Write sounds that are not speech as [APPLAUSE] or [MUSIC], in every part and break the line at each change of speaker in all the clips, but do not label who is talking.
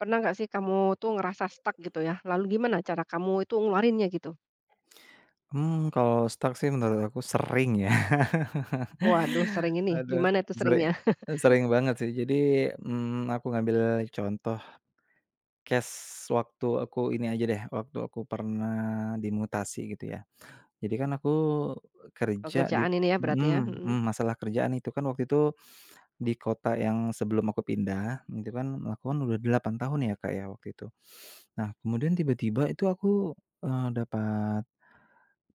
Pernah nggak sih kamu tuh ngerasa stuck gitu ya? Lalu gimana cara kamu itu ngeluarinnya gitu?
Kalau stuck sih menurut aku sering ya.
Waduh
[LAUGHS]
sering ini,
ada
gimana tuh
sering
seringnya? [LAUGHS]
Sering banget sih. Jadi, aku ngambil contoh case waktu aku ini aja deh, waktu aku pernah dimutasi gitu ya. Jadi kan aku kerja di.
Pekerjaan ini ya berarti ya?
Mhm.
Mhm.
Masalah kerjaan itu kan waktu itu di kota yang sebelum aku pindah, itu kan melakukan udah 8 tahun ya, Kak, ya waktu itu. Nah kemudian tiba-tiba itu aku, dapat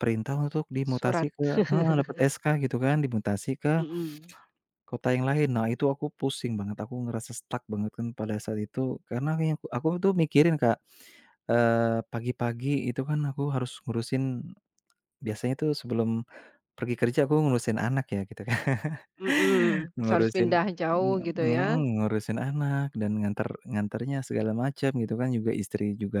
perintah untuk dimutasi
Surat.
ke, heeh, dapat
[LAUGHS]
SK gitu kan, dimutasi ke
Mhm.
kota yang lain. Nah, itu aku pusing banget, aku ngerasa stuck banget kan pada saat itu. Karena yang aku tuh mikirin, Kak, pagi-pagi itu kan aku harus ngurusin biasanya tuh sebelum pergi kerja aku ngurusin anak ya gitu kan. [LAUGHS]
Mhm. Terus harus
Ngurusin.
pindah jauh gitu ya?
Mhm, ngurusin anak dan nganter nganternya segala macam gitu kan, juga istri juga,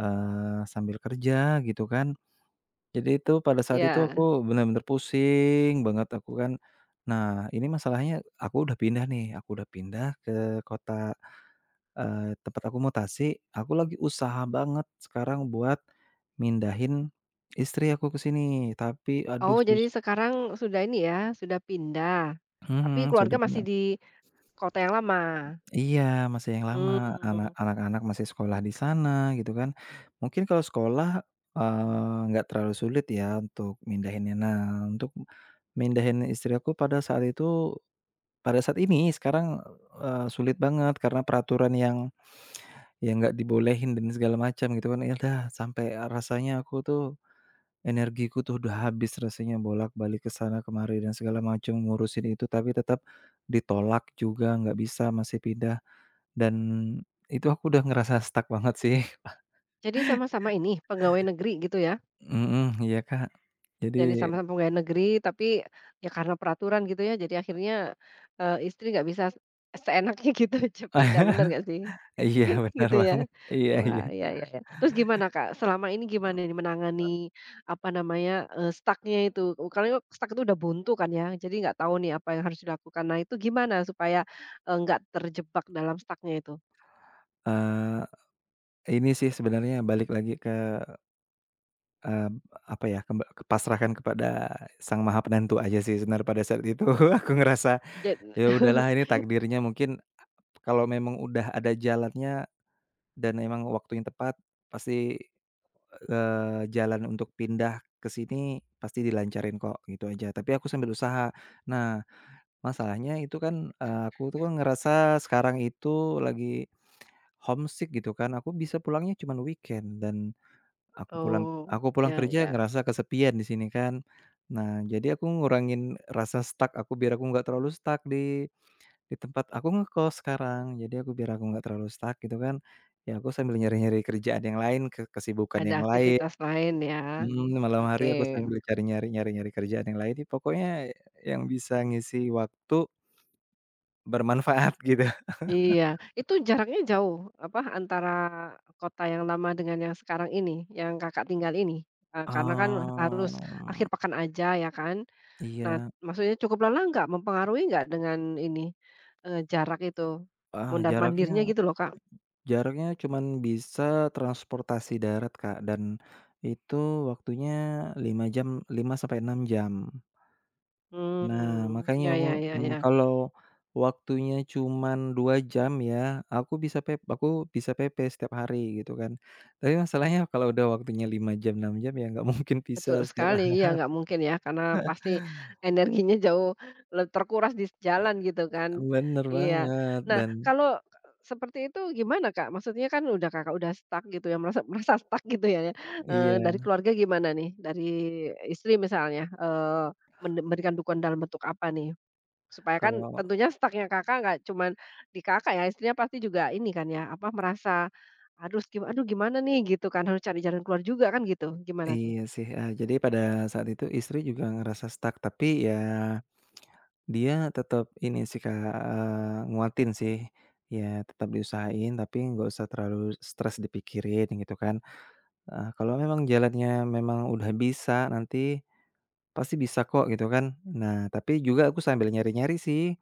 sambil kerja gitu kan. Jadi itu pada saat itu aku
Ya.
bener-bener pusing banget aku kan. Nah, ini masalahnya aku udah pindah nih, aku udah pindah ke kota, tempat aku mutasi, aku lagi usaha banget sekarang buat mindahin istri aku ke sini, tapi aduh
Oh
sus,
jadi sekarang sudah ini ya, sudah pindah, tapi
mhm,
keluarga
sudah
masih
pin.
di kota yang lama?
Iya, masih yang lama, anak
Mmm.
anak-anak masih sekolah di sana gitu kan. Mungkin kalau sekolah, nggak terlalu sulit ya untuk mindahinnya. Nah, untuk mindahin istri aku pada saat itu pada saat ini sekarang, sulit banget karena peraturan yang nggak dibolehin dan segala macam gitu kan. Ya udah sampai rasanya aku tuh energiku tuh udah habis rasanya bolak-balik ke sana kemari dan segala macam ngurusin itu, tapi tetap ditolak juga nggak bisa masih pindah. Dan itu aku udah ngerasa stuck banget sih. [LAUGHS]
Jadi sama-sama ini pegawai negeri gitu ya?
Mhm, iya, Kak. Jadi
Jadi sama-sama pegawai negeri, tapi ya karena peraturan gitu ya, jadi akhirnya, istri nggak bisa seenaknya [LAUGHS] gitu aja pindah, bener
[LAUGHS]
nggak sih?
iya, benar
Gitu ya?
banget. Iya, iya.
Wah, iya iya iya. Terus gimana, Kak, selama ini gimana nih menangani, apa namanya, stuck-nya itu? Karena stuck itu udah buntu kan ya, jadi nggak tahu nih apa yang harus dilakukan. Nah itu gimana supaya, nggak terjebak dalam stuck-nya itu?
Eee, ini sih sebenarnya balik lagi ke, eee, apa ya, kemba pasrahkan kepada Sang Maha Penentu aja sih sebenarnya pada saat itu. [LAUGHS] Aku ngerasa,
Jad
ya
[LAUGHS]
udahlah ini takdirnya mungkin kalau memang udah ada jalannya dan emang waktunya tepat, pasti, jalan untuk pindah ke sini pasti dilancarin kok, gitu aja. Tapi aku sambil usaha. Nah, masalahnya itu kan, aku tuh kan ngerasa sekarang itu lagi homesick gitu kan, aku bisa pulangnya cuman weekend dan aku pulang
oh,
aku pulang
ya
kerja
ya,
ngerasa kesepian di sini kan. Nah, jadi aku ngurangin rasa stuck aku biar aku nggak terlalu stuck di tempat aku ngekos sekarang. Jadi aku biar aku nggak terlalu stuck gitu kan, ya aku sambil nyari-nyari kerjaan yang lain, ke kesibukan
ada
yang lain.
aktivitas lain ya,
Mhm. Malam hari
oke.
aku sambil nyari-nyari kerjaan yang lain, ya pokoknya yang bisa ngisi waktu bermanfaat [LAUGHS] gitu.
Iya, itu jaraknya jauh, apa, antara kota yang lama dengan yang sekarang ini, yang Kakak tinggal ini? Eee, karena kan harus akhir
Oh,
pekan aja ya kan? Nah,
iya,
maksudnya cukup lelah nggak? Mempengaruhi nggak dengan ini, jarak itu?
ah,
Mondar-mandirnya
jaraknya
gitu loh, Kak.
jaraknya cuman bisa transportasi darat, Kak, dan itu waktunya 5 jam, 5 sampai 6 jam. Nah,
Mmm,
makanya
ya
aku,
ya ya ya.
kalau waktunya cuman 2 jam ya, aku bisa PP setiap hari gitu kan. Tapi masalahnya [LAUGHS] kalau udah waktunya 5 jam, 6 jam ya nggak mungkin bisa
Betul
setiap
sekali,
hari.
iya nggak mungkin ya, karena pasti energinya jauh terkuras di jalan gitu kan.
Bener
Iya.
banget
Nah,
dan.
kalau seperti itu gimana, Kak? Maksudnya kan Kakak udah stuck gitu ya, merasa merasa stuck gitu ya, dari
Iya.
keluarga gimana nih? Dari istri misalnya, memberikan dukungan dalam bentuk apa nih? Supaya kan
Kalau
tentunya stucknya Kakak nggak cuman di Kakak ya, istrinya pasti juga ini kan ya, apa, merasa, "Aduh aduh gimana nih?" Gitu kan, harus cari jalan keluar juga kan gitu, gimana tuh?
iya sih, jadi pada saat itu istri juga ngerasa stuck, tapi ya dia tetap ini sih, Kak, nguatin sih, ya tetap diusahain tapi nggak usah terlalu stres dipikirin gitu kan, kalau memang jalannya memang udah bisa nanti pasti bisa kok gitu kan. Nah, tapi juga aku sambil nyari-nyari sih,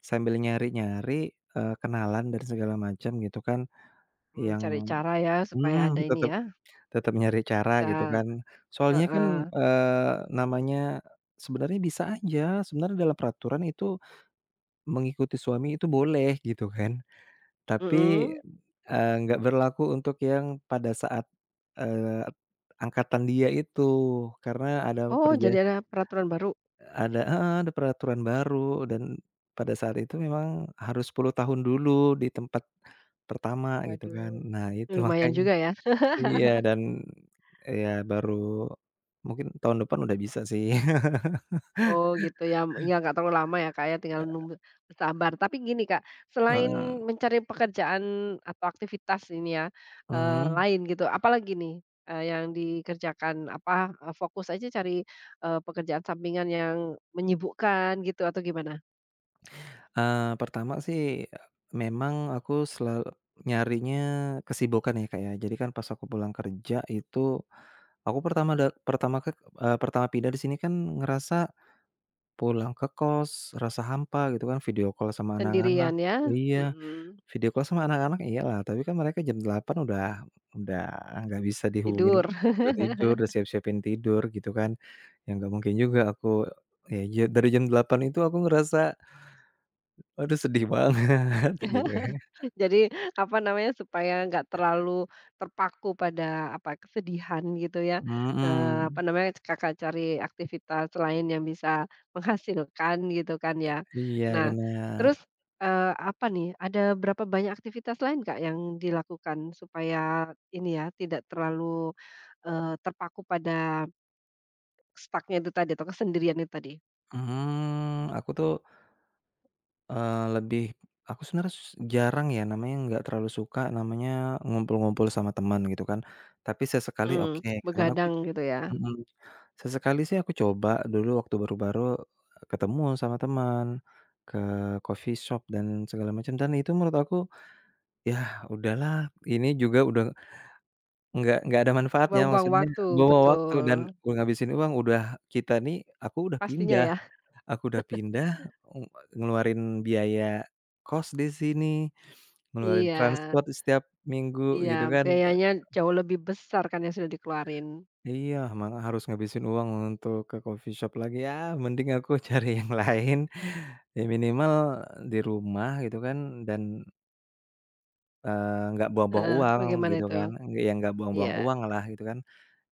sambil nyari-nyari, kenalan dan segala macam gitu kan
Mhm,
yang.
cari cara ya supaya ada
Mhm.
ini
tetap
ya,
tetap nyari cara
bisa
gitu kan. Soalnya kan,
heeh,
namanya sebenarnya bisa aja, sebenarnya dalam peraturan itu mengikuti suami itu boleh gitu kan. Tapi,
mhm.
nggak berlaku untuk yang pada saat, eee, angkatan dia itu. Karena
Oh, jadi ada peraturan baru?
ada, heeh, ada peraturan baru dan pada saat itu memang harus 10 tahun dulu di tempat pertama gitu kan.
Waduh,
Nah itu [LAUGHS]
lumayan
makanya.
juga ya.
Iya, dan ya baru mungkin tahun depan udah bisa sih. [LAUGHS]
Oh gitu ya, ya nggak terlalu lama ya, Kak, ya, tinggal nunggu bersabar. Tapi gini, Kak, selain
Heeh,
mencari pekerjaan atau aktivitas ini ya,
mhm.
lain gitu, apalagi nih, yang dikerjakan? Apa, fokus aja cari, pekerjaan sampingan yang menyibukkan gitu atau gimana?
Pertama sih memang aku selalu nyarinya kesibukan ya, Kak, ya. Jadi kan pas aku pulang kerja itu aku pertama da pertama ke eee, pertama pindah di sini kan ngerasa pulang ke kos, rasa hampa gitu kan, video call sama anak-anak.
Sendirian ya?
Iya.
Mhm,
Video call sama anak-anak iyalah, tapi kan mereka jam 8 udah nggak bisa dihubungin,
tidur.
udah tidur, udah siap-siapin tidur gitu kan. Ya nggak mungkin juga aku, ya ja dari jam 8 itu aku ngerasa, aduh sedih banget [LAUGHS] gitu ya.
Jadi, apa namanya, supaya nggak terlalu terpaku pada, apa, kesedihan gitu ya, apa
Mhm,
namanya, Kakak cari aktivitas lain yang bisa menghasilkan gitu kan ya.
iya
Nah,
benar.
terus, apa nih, ada berapa banyak aktivitas lain, Kak, yang dilakukan supaya ini ya, tidak terlalu, terpaku pada stucknya itu tadi atau kesendirian itu tadi?
Aku tuh, lebih aku sebenarnya jarang ya namanya nggak terlalu suka namanya ngumpul-ngumpul sama teman gitu kan, tapi sesekali
Hmm,
oke gitu kan aku.
begadang gitu ya,
Mhm. Sesekali sih aku coba dulu waktu baru-baru, eh, ketemu sama teman, ke coffee shop dan segala macam dan itu menurut aku, ya udahlah ini juga udah nggak ada manfaatnya,
buang-buang
maksudnya
waktu,
buang waktu dan
betul,
ngabisin uang udah kita nih aku udah
pastinya
pindah,
ya.
aku udah pindah, eee, ngeluarin biaya kos di sini, ngeluarin
Iya.
transport setiap minggu
Iya,
gitu kan.
biayanya jauh lebih besar kan yang sudah dikeluarin.
Iya, malah harus ngabisin uang untuk ke coffee shop lagi, ya mending aku [LAUGHS] cari yang lain, ya minimal di rumah gitu kan dan, nggak buang-buang
Heeh,
uang
bagaimana
gitu
itu?
kan. Ya nggak buang-buang
Iya,
uang lah gitu kan.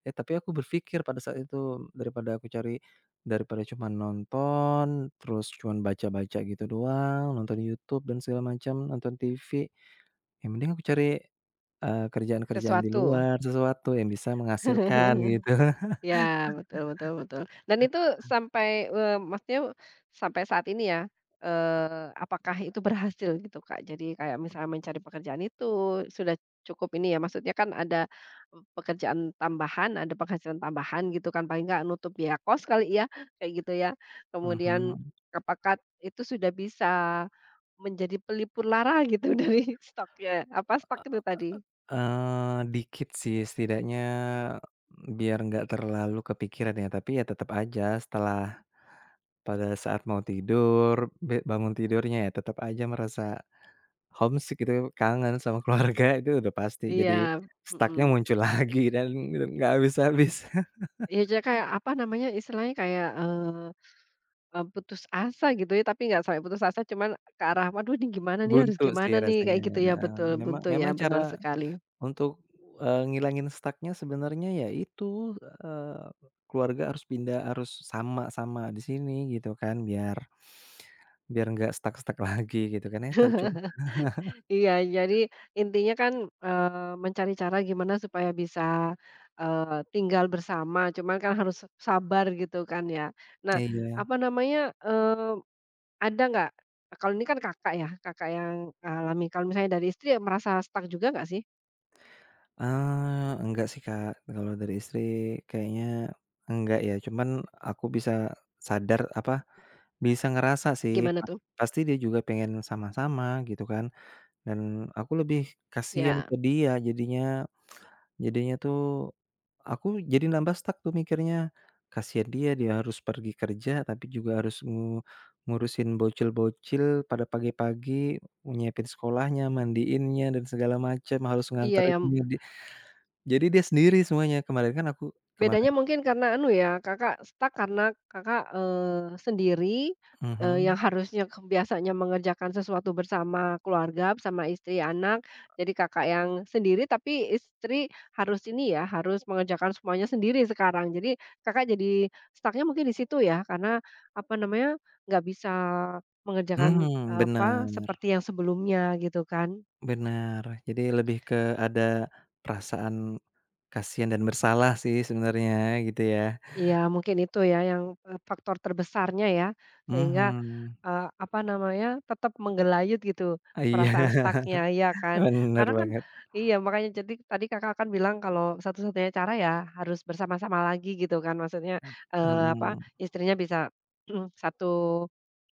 Eh, tapi aku berpikir pada saat itu daripada aku cari daripada cuma nonton, terus cuman baca-baca gitu doang, nonton YouTube dan segala macam, nonton TV, ya mending aku cari, kerjaan-kerjaan di
sesuatu.
luar, sesuatu yang bisa menghasilkan
[LAUGHS]
gitu.
Iya, betul betul betul. Dan itu sampai, maksudnya sampai saat ini ya, apakah itu berhasil gitu, Kak? Jadi kayak misalnya mencari pekerjaan itu sudah cukup ini ya, maksudnya kan ada pekerjaan tambahan, ada penghasilan tambahan gitu kan, paling nggak nutup biaya kos kali ya, kayak gitu ya. Kemudian
[LAUGHS]
apakah itu sudah bisa menjadi pelipur lara gitu [LAUGHS] dari stoknya, apa, stok itu tadi?
Dikit sih setidaknya biar nggak terlalu kepikiran ya, tapi ya tetap aja setelah pada saat mau tidur, bangun tidurnya ya tetap aja merasa homesick gitu, kangen
Mmm.
sama [LAUGHS] keluarga itu udah pasti. Jadi
Iya,
stuck-nya
mhm.
muncul lagi dan nggak habis-habis. [LAUGHS]
Ya jadi kayak, apa namanya, istilahnya kayak, eee eee, putus asa gitu ya, tapi nggak sampai putus asa, cuman ke arah, "Waduh ini gimana nih, harus
Buntu sih
gimana nih?"
rasanya,
Kayak gitu ya,
heeh.
betul
Memang
betul ya,
memang
benar
cara
sekali.
untuk, ngilangin stuck-nya sebenarnya ya itu, keluarga harus pindah, harus sama-sama di sini gitu kan biar biar nggak stuck-stuck [LAUGHS] lagi gitu kan ya, tau cum
Iya, jadi intinya kan, mencari cara gimana supaya bisa, tinggal bersama, cuman kan harus sabar gitu kan ya. Nah,
iya,
apa namanya, eh, ada nggak, kalau ini kan Kakak ya, Kakak yang alami, kalau misalnya dari istri ya merasa stuck juga nggak sih?
enggak sih, Kak, kalau dari istri kayaknya enggak ya, cuman aku bisa sadar apa, bisa ngerasa sih
Gimana tuh?
pasti dia juga pengen sama-sama gitu kan dan aku lebih kasihan
Ya.
ke dia jadinya. Jadinya tuh, aku jadi nambah stuck tuh mikirnya, kasihan dia, dia harus pergi kerja tapi juga harus ngurusin bocil-bocil pada pagi-pagi, nyiapin sekolahnya, mandiinnya, dan segala macam, harus
Iya ya.
nganterin di, jadi dia sendiri semuanya. Kemarin kan aku kemarin.
Bedanya mungkin karena anu ya, Kakak stuck karena Kakak, sendiri, yang
Mhm,
harusnya biasanya mengerjakan sesuatu bersama keluarga, sama istri, anak, jadi Kakak yang sendiri tapi istri harus ini ya, harus mengerjakan semuanya sendiri sekarang. Jadi Kakak jadi stucknya mungkin di situ ya, karena apa namanya, nggak bisa mengerjakan,
mhm.
apa,
Bener,
seperti yang sebelumnya gitu kan.
bener. Jadi lebih ke ada perasaan kasihan dan bersalah sih sebenarnya gitu ya.
Iya, mungkin itu ya yang, faktor terbesarnya ya, sehingga,
Mhm.
apa namanya, tetap menggelayut gitu perasaan
Iya,
stucknya ya kan?
[LAUGHS] bener
Karena kan
banget.
iya, makanya jadi tadi Kakak kan bilang kalau satu-satunya cara ya harus bersama-sama lagi gitu kan, maksudnya, apa,
Mhm.
istrinya bisa [CLEARS THROAT] satu,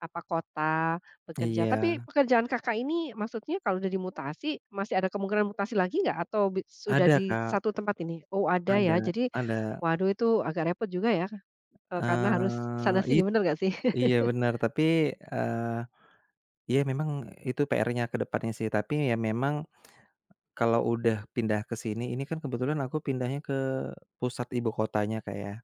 apa, kota bekerja.
Iya,
Tapi pekerjaan Kakak ini maksudnya kalau udah dimutasi, masih ada kemungkinan mutasi lagi nggak? Atau sudah
ada,
di
Kak,
satu tempat ini? Oh ada ya,
ada
jadi
ada,
waduh itu agak repot juga ya, karena harus
eee,
sana sini
it
bener nggak sih?
iya bener, tapi, eee, ya memang itu PR-nya ke depannya sih, tapi ya memang kalau udah pindah ke sini, ini kan kebetulan aku pindahnya ke pusat ibu kotanya, Kak, ya,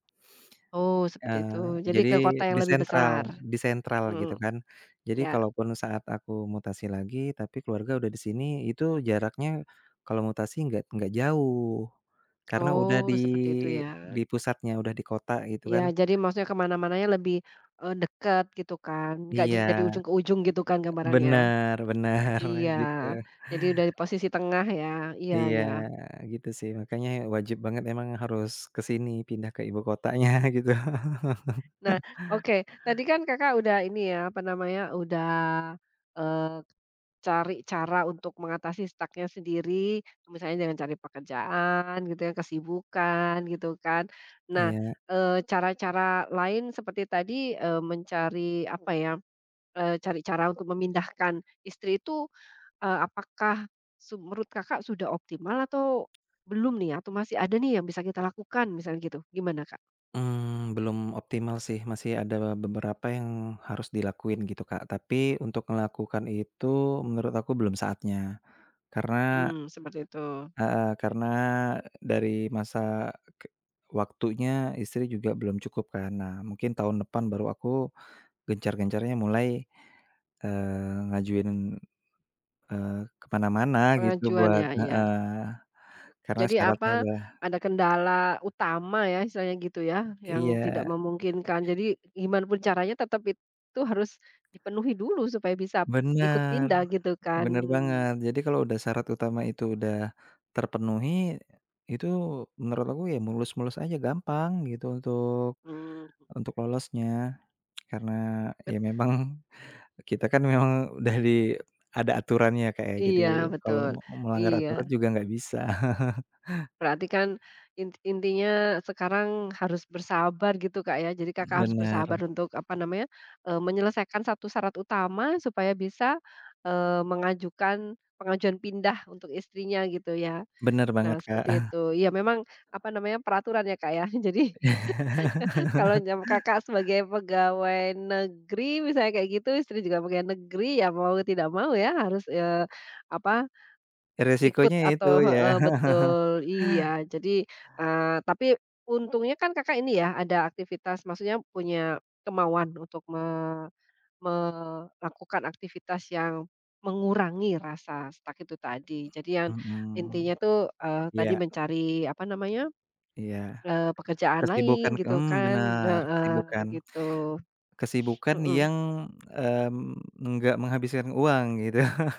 Oh seperti itu,
eee,
jadi
jadi
ke kota yang
di
lebih
sentral,
besar?
di sentral gitu
Mhm,
kan. Jadi
ya.
kalaupun saat aku mutasi lagi, tapi keluarga udah di sini, itu jaraknya kalau mutasi nggak jauh, karena udah
Oh
di
seperti itu ya.
di pusatnya, udah di kota gitu
Ya
kan.
jadi maksudnya ke mana-mananya lebih, dekat gitu kan, nggak dari
Iya,
ujung ke ujung gitu kan gambarannya?
bener, bener,
Iya,
[LAUGHS] gitu.
jadi dari posisi tengah ya, iya
Iya,
iya.
gitu sih, makanya wajib banget emang harus ke sini, pindah ke ibu kotanya [LAUGHS] gitu.
Nah, oke, tadi kan Kakak udah ini ya, apa namanya, udah, eee cari cara untuk mengatasi stuck sendiri, misalnya dengan cari pekerjaan gitu ya, kesibukan gitu kan. Nah,
Iya,
cara-cara lain seperti tadi, mencari apa ya, cari cara untuk memindahkan istri itu, apakah menurut Kakak sudah optimal atau belum nih? Atau masih ada nih yang bisa kita lakukan misalnya gitu, gimana Kak?
belum optimal sih, masih ada beberapa yang harus dilakuin gitu, Kak. Tapi untuk melakukan itu menurut aku belum saatnya. Karena,
Hmm, seperti itu,
heeh, dari masa ke waktunya istri juga belum cukup kan. Nah, mungkin tahun depan baru aku gencar-gencarnya mulai, ngajuin. Ke mana-mana gitu
pengajuan
buat,
ya, iya.
heeh, karena
Jadi
syaratnya
apa,
udah.
ada kendala utama ya istilahnya gitu ya, yang tidak
Iya,
memungkinkan. Jadi gimana pun caranya tetap itu harus dipenuhi dulu supaya bisa ikut
bener,
pindah gitu kan.
bener banget. Jadi kalau udah syarat utama itu udah terpenuhi, itu menurut aku ya mulus-mulus aja, gampang gitu untuk
Mmm,
untuk lolosnya. Karena
bet
ya memang [LAUGHS] kita kan memang udah ada aturannya, Kak, ya, jadi
iya
kalau
betul,
melanggar
iya.
aturan juga nggak bisa.
Berarti kan intinya sekarang harus bersabar gitu, Kak, ya. Jadi Kakak
[LAUGHS]
harus
Bener,
bersabar untuk apa namanya, menyelesaikan satu syarat utama supaya bisa, mengajukan pengajuan pindah untuk istrinya gitu ya.
bener
Nah,
banget,
seperti
Kak.
itu. Ya memang, apa namanya, peraturan ya, Kak, ya. [LAUGHS] Jadi
[LAUGHS]
kalau jam Kakak sebagai pegawai negeri misalnya kayak gitu, istri juga pegawai negeri, ya mau tidak mau ya harus, apa, ikut
Resikonya itu
atau
ya,
heeh, betul, iya. Jadi, tapi untungnya kan Kakak ini ya ada aktivitas, maksudnya punya kemauan untuk melakukan aktivitas yang mengurangi rasa stuck itu tadi. Jadi
[LAUGHS]
yang
mhm.
intinya tuh, tadi
Iya.
mencari, apa namanya,
Iya,
Pekerjaan lain
kesibukan,
gitu kan,
bener,
heeh,
kesibukan,
gitu,
kesibukan
mhm,
yang, enggak menghabiskan uang gitu. [LAUGHS]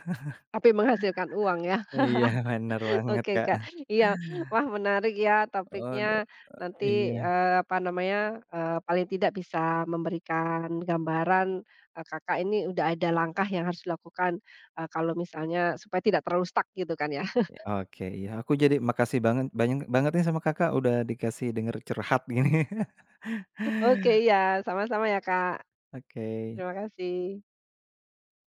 tapi menghasilkan uang ya.
Iya, bener
[LAUGHS]
banget,
Oke,
Kak.
Kak, iya, wah menarik ya topiknya
Waduh,
nanti,
iya.
apa namanya, paling tidak bisa memberikan gambaran, Kakak ini udah ada langkah yang harus dilakukan, kalau misalnya supaya tidak terlalu stuck gitu kan ya.
Oke, iya, aku jadi makasih banget, banyak banget nih sama Kakak udah dikasih denger curhat gini. [LAUGHS]
[LAUGHS] Oke, iya, sama-sama ya, Kak,
Oke.
terima kasih.